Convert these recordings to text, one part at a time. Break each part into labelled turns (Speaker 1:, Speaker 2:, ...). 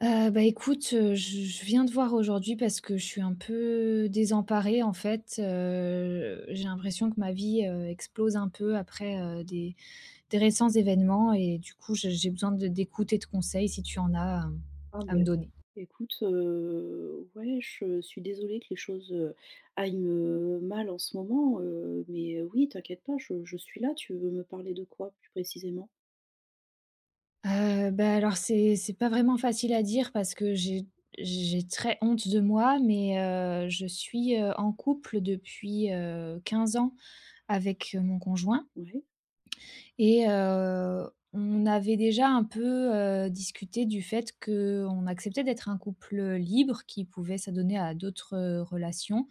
Speaker 1: Écoute, je viens de voir aujourd'hui parce que je suis un peu désemparée en fait, j'ai l'impression que ma vie, explose un peu après, des récents événements et du coup, je j'ai besoin de d'écoute et de conseils si tu en as,
Speaker 2: Ah
Speaker 1: à me
Speaker 2: beh,
Speaker 1: donner.
Speaker 2: écoute, ouais, je suis désolée que les choses, aillent, mal en ce moment, mais oui, t'inquiète pas, je suis là. Tu veux me parler de quoi plus précisément?
Speaker 1: Alors c'est pas vraiment facile à dire parce que j'ai très honte de moi, mais je suis, en couple depuis, 15 ans avec, mon conjoint.
Speaker 2: Ouais.
Speaker 1: Et on avait déjà un peu, discuté du fait qu'on acceptait d'être un couple libre qui pouvait s'adonner à d'autres, relations,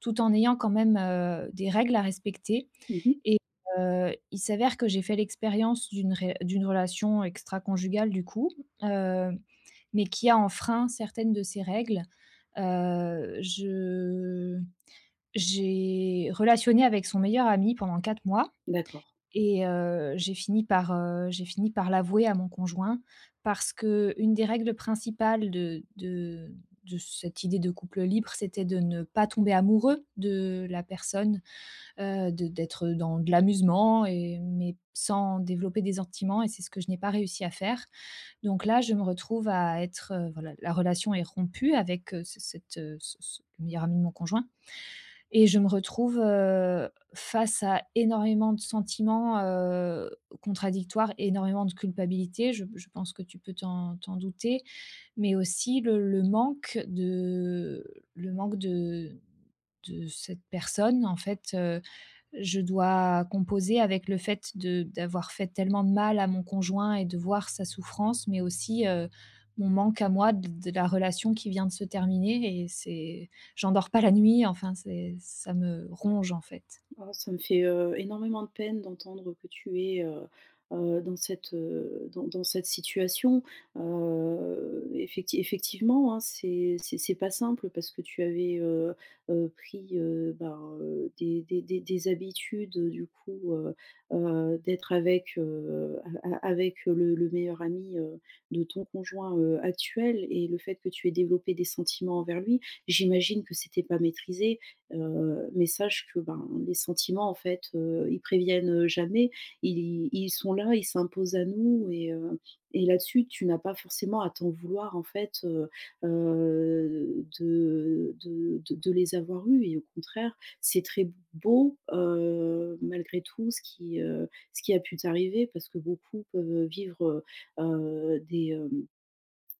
Speaker 1: tout en ayant quand même, des règles à respecter,
Speaker 2: Mmh.
Speaker 1: et il s'avère que j'ai fait l'expérience d'une relation extraconjugale du coup, heu, mais qui a enfreint certaines de ces règles. Je j'ai relationné avec son meilleur ami pendant 4 mois
Speaker 2: D'accord.
Speaker 1: et j'ai fini par l'avouer à mon conjoint parce que une des règles principales de cette idée de couple libre, c'était de ne pas tomber amoureux de la personne, de d'être dans de l'amusement, et mais sans développer des sentiments, et c'est ce que je n'ai pas réussi à faire. Donc là, je me retrouve à être, voilà, la relation est rompue avec, ce cette, ce ce le meilleur ami de mon conjoint, et je me retrouve, face à énormément de sentiments, contradictoires, énormément de culpabilité, je pense que tu peux t'en douter, mais aussi le manque de le manque de cette personne en fait. Je dois composer avec le fait de d'avoir fait tellement de mal à mon conjoint et de voir sa souffrance, mais aussi, mon manque à moi de la relation qui vient de se terminer, et c'est j'en dors pas la nuit, enfin c'est ça me ronge en fait.
Speaker 2: Oh, ça me fait, énormément de peine d'entendre que tu es, dans cette, dans cette situation. Effectivement, hein, c'est pas simple parce que tu avais, pris, ben, des habitudes, du coup, d'être avec, a a avec, le meilleur ami, de ton conjoint, actuel, et le fait que tu aies développé des sentiments envers lui, j'imagine que c'était pas maîtrisé. Mais sache que, ben, les sentiments en fait, ils préviennent jamais. Ils sont là, ils s'imposent à nous, et là-dessus, tu n'as pas forcément à t'en vouloir en fait, de les avoir eus, et au contraire, c'est très beau, malgré tout ce qui a pu t'arriver, parce que beaucoup peuvent vivre, heu des, hem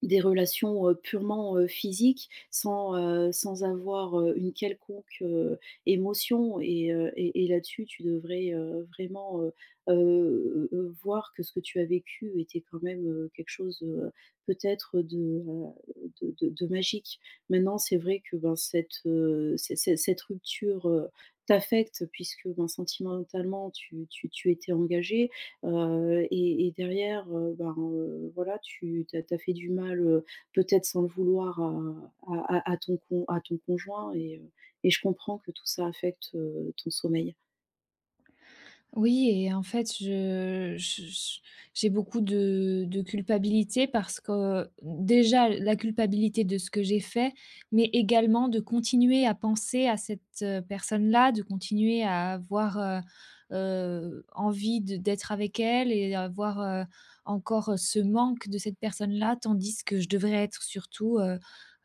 Speaker 2: des relations, purement, physiques, sans, sans avoir, une quelconque, émotion, et là-dessus, tu devrais, vraiment, voir que ce que tu as vécu était quand même, quelque chose, peut-être de, heu, magique. Maintenant, c'est vrai que, ben, cette, c c cette rupture, t'affecte, puisque, ben, sentimentalement, tu étais engagé. Et derrière, ben, voilà, tu as fait du mal, peut-être sans le vouloir, à ton conjoint, et je comprends que tout ça affecte, ton sommeil.
Speaker 1: Oui, et en fait, je j'ai beaucoup de culpabilité parce que déjà la culpabilité de ce que j'ai fait, mais également de continuer à penser à cette, personne-là, de continuer à avoir, envie de d'être avec elle, et avoir, encore, ce manque de cette personne-là, tandis que je devrais être surtout, heu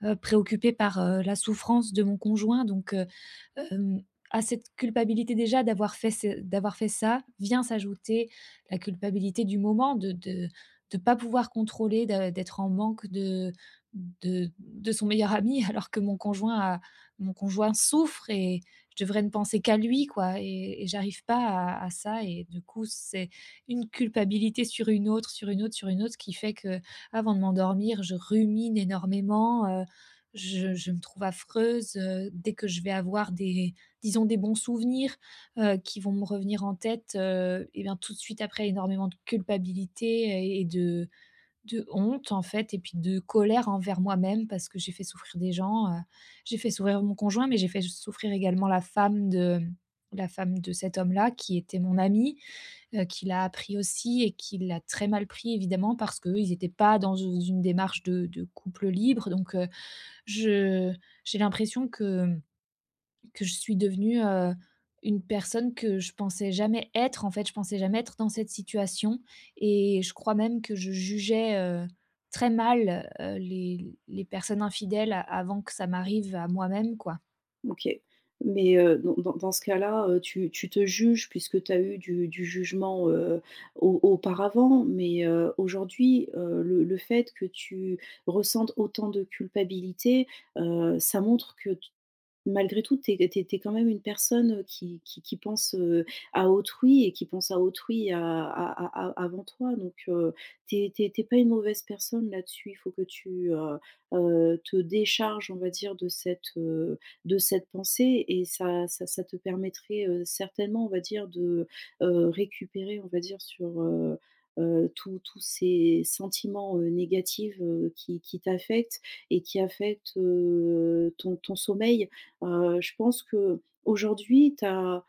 Speaker 1: heu, préoccupée par, la souffrance de mon conjoint, donc, Hem, à cette culpabilité déjà d'avoir fait ce d'avoir fait ça, vient s'ajouter la culpabilité du moment de pas pouvoir contrôler, de d'être en manque de son meilleur ami alors que mon conjoint souffre, et je devrais ne penser qu'à lui, quoi, et j'arrive pas à ça, et du coup, c'est une culpabilité sur une autre, sur une autre, sur une autre, qui fait que avant de m'endormir, je rumine énormément, je me trouve affreuse, dès que je vais avoir des, disons, des bons souvenirs, qui vont me revenir en tête, et bien, tout de suite après, énormément de culpabilité et de honte, en fait, et puis de colère envers moi-même parce que j'ai fait souffrir des gens, J'ai fait souffrir mon conjoint, mais j'ai fait souffrir également la femme de cet homme-là qui était mon ami, qui l'a appris aussi et qui l'a très mal pris évidemment parce qu'ils n'étaient pas dans une démarche de couple libre, donc, je j'ai l'impression que je suis devenue, une personne que je pensais jamais être, en fait. Je pensais jamais être dans cette situation, et je crois même que je jugeais, très mal, les personnes infidèles avant que ça m'arrive à moi-même, quoi.
Speaker 2: OK. Mais, dans ce cas-là, tu te juges puisque tu as eu du jugement, au auparavant, mais, aujourd'hui, le fait que tu ressentes autant de culpabilité, ça montre que malgré tout, tu es quand même une personne qui pense, à autrui, et qui pense à autrui à avant toi, donc tu es tu pas une mauvaise personne là-dessus. Il faut que tu, te décharges, on va dire, de cette pensée, et ça te permettrait, certainement, on va dire, de, récupérer, on va dire, sur, tous tous ces sentiments, négatifs, qui t'affectent et qui affectent, ton ton sommeil. Je pense qu'aujourd'hui, tu as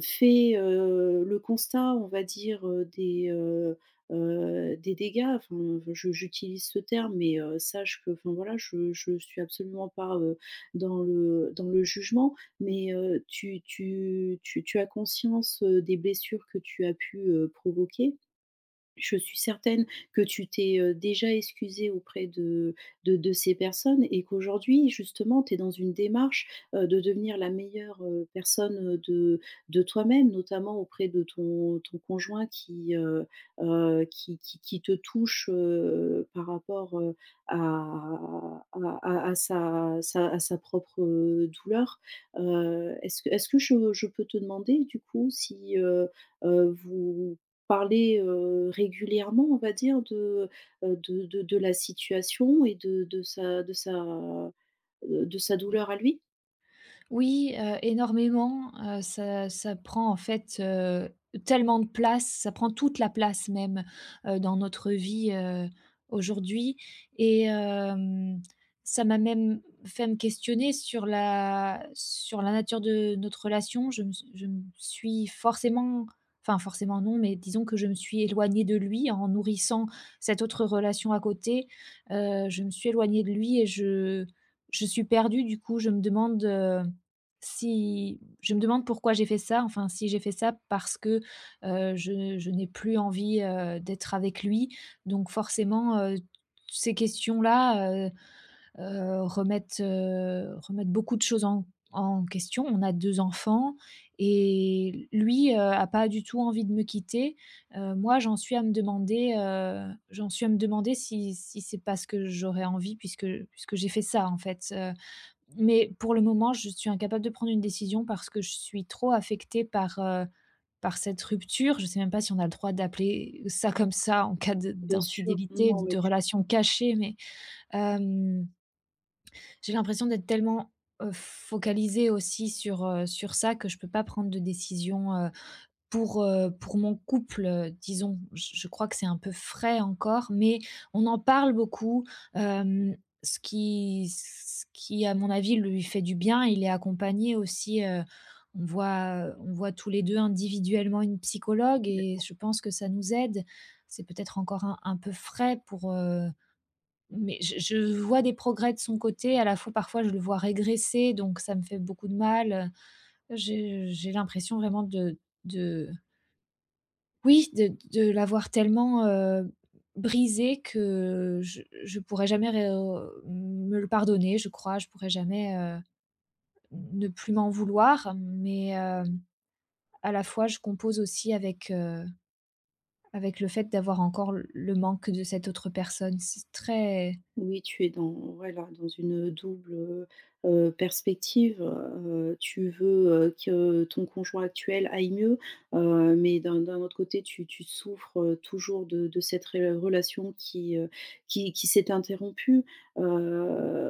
Speaker 2: fait, le constat, on va dire, des dégâts. Enfin, je j'utilise ce terme, mais sache que, enfin voilà, je suis absolument pas, dans le jugement, mais tu as conscience, des blessures que tu as pu, provoquer. Je suis certaine que tu t'es, déjà excusée auprès de ces personnes, et qu'aujourd'hui, justement, tu es dans une démarche, de devenir la meilleure, personne, de toi-même, notamment auprès de ton ton conjoint qui, qui qui te touche, par rapport, à à sa à sa propre, douleur. Est-ce que je peux te demander, du coup, si, vous parler, régulièrement, on va dire, de, de la situation, et de sa de sa, de sa douleur à lui?
Speaker 1: Oui, énormément, ça prend en fait, tellement de place, ça prend toute la place même, dans notre vie, aujourd'hui, et ça m'a même fait me questionner sur la nature de notre relation. Je me suis forcément, enfin forcément non, mais disons que je me suis éloignée de lui en nourrissant cette autre relation à côté. Je me suis éloignée de lui et je suis perdue, du coup, je me demande, si je me demande pourquoi j'ai fait ça, enfin, si j'ai fait ça parce que, je n'ai plus envie, d'être avec lui. Donc forcément, ces questions-là, remettent, remettent beaucoup de choses en en question. On a 2 enfants, et lui, a pas du tout envie de me quitter. Moi, j'en suis à me demander, j'en suis à me demander si c'est pas ce que j'aurais envie, puisque j'ai fait ça, en fait, mais pour le moment, je suis incapable de prendre une décision parce que je suis trop affectée par, par cette rupture. Je ne sais même pas si on a le droit d'appeler ça comme ça en cas de
Speaker 2: Bien sûr,
Speaker 1: d'infidélité, de
Speaker 2: non mais tu.
Speaker 1: relation cachée, mais, hem, j'ai l'impression d'être tellement, focalisée aussi sur, sur ça, que je ne peux pas prendre de décision pour mon couple, disons, je crois que c'est un peu frais encore, mais on en parle beaucoup, hem, ce qui à mon avis, lui fait du bien. Il est accompagné aussi, on voit tous les 2 individuellement une psychologue, et je pense que ça nous aide. C'est peut-être encore un peu frais pour, mais je vois des progrès de son côté. À la fois, parfois, je le vois régresser, donc ça me fait beaucoup de mal, j'ai l'impression vraiment de, oui, de l'avoir tellement, brisé, que je pourrais jamais ré me le pardonner, je crois. Je pourrais jamais, ne plus m'en vouloir, mais, à la fois, je compose aussi avec, avec le fait d'avoir encore le manque de cette autre personne. C'est très.
Speaker 2: Oui, tu es dans, voilà, dans une double, perspective, tu veux, que ton conjoint actuel aille mieux, mais d'un autre côté, tu souffres, toujours de cette ré relation qui, qui s'est interrompue.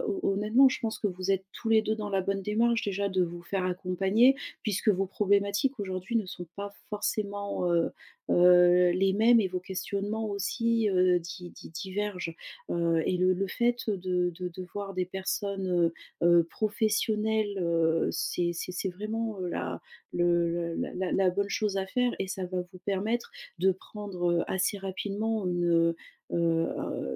Speaker 2: Ho Honnêtement, je pense que vous êtes tous les 2 dans la bonne démarche, déjà de vous faire accompagner, puisque vos problématiques aujourd'hui ne sont pas forcément, les mêmes, et vos questionnements aussi, di di divergent. Et le fait de voir des personnes, professionnelles, c'est vraiment, la le la la la bonne chose à faire, et ça va vous permettre de prendre, assez rapidement,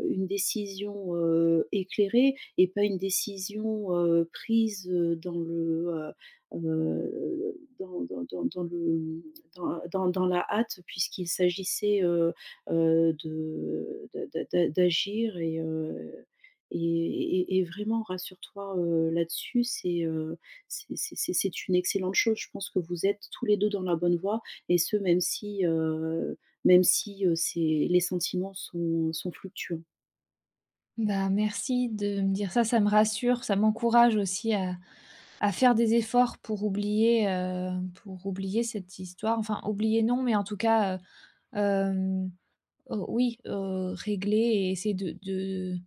Speaker 2: une décision, éclairée, et pas une décision, prise, dans le, dans dans dans dans le, mmh, dans dans dans la hâte, puisqu'il s'agissait, de d'a d'a d'a d'agir. Et et vraiment, rassure-toi, là-dessus, c'est c'est une excellente chose. Je pense que vous êtes tous les 2 dans la bonne voie, et ce même si, c'est les sentiments sont fluctuants.
Speaker 1: Bah, merci de me dire ça, ça me rassure, ça m'encourage aussi à faire des efforts pour oublier cette histoire. Enfin, oublier non, mais en tout cas, oui, régler et essayer de de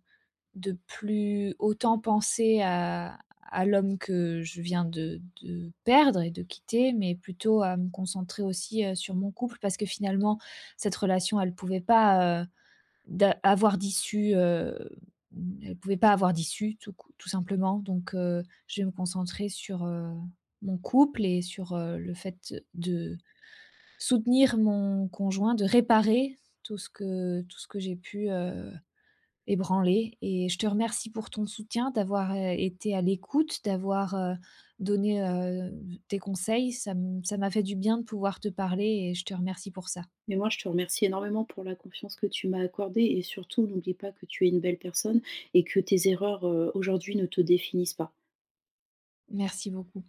Speaker 1: de plus autant penser à l'homme que je viens de perdre et de quitter, mais plutôt à me concentrer aussi, sur mon couple parce que finalement cette relation, elle pouvait pas, d'a avoir d'issue, mmh, elle pouvait pas avoir d'issue tout cou tout simplement, donc je vais me concentrer sur, mon couple et sur, le fait de soutenir mon conjoint, de réparer tout ce que j'ai pu, ébranler, et je te remercie pour ton soutien, d'avoir, été à l'écoute, d'avoir, donné, tes conseils. Ça m'a fait du bien de pouvoir te parler, et je te remercie pour ça.
Speaker 2: Mais moi, je te remercie énormément pour la confiance que tu m'as accordée, et surtout n'oublie pas que tu es une belle personne, et que tes erreurs, aujourd'hui, ne te définissent pas.
Speaker 1: Merci beaucoup.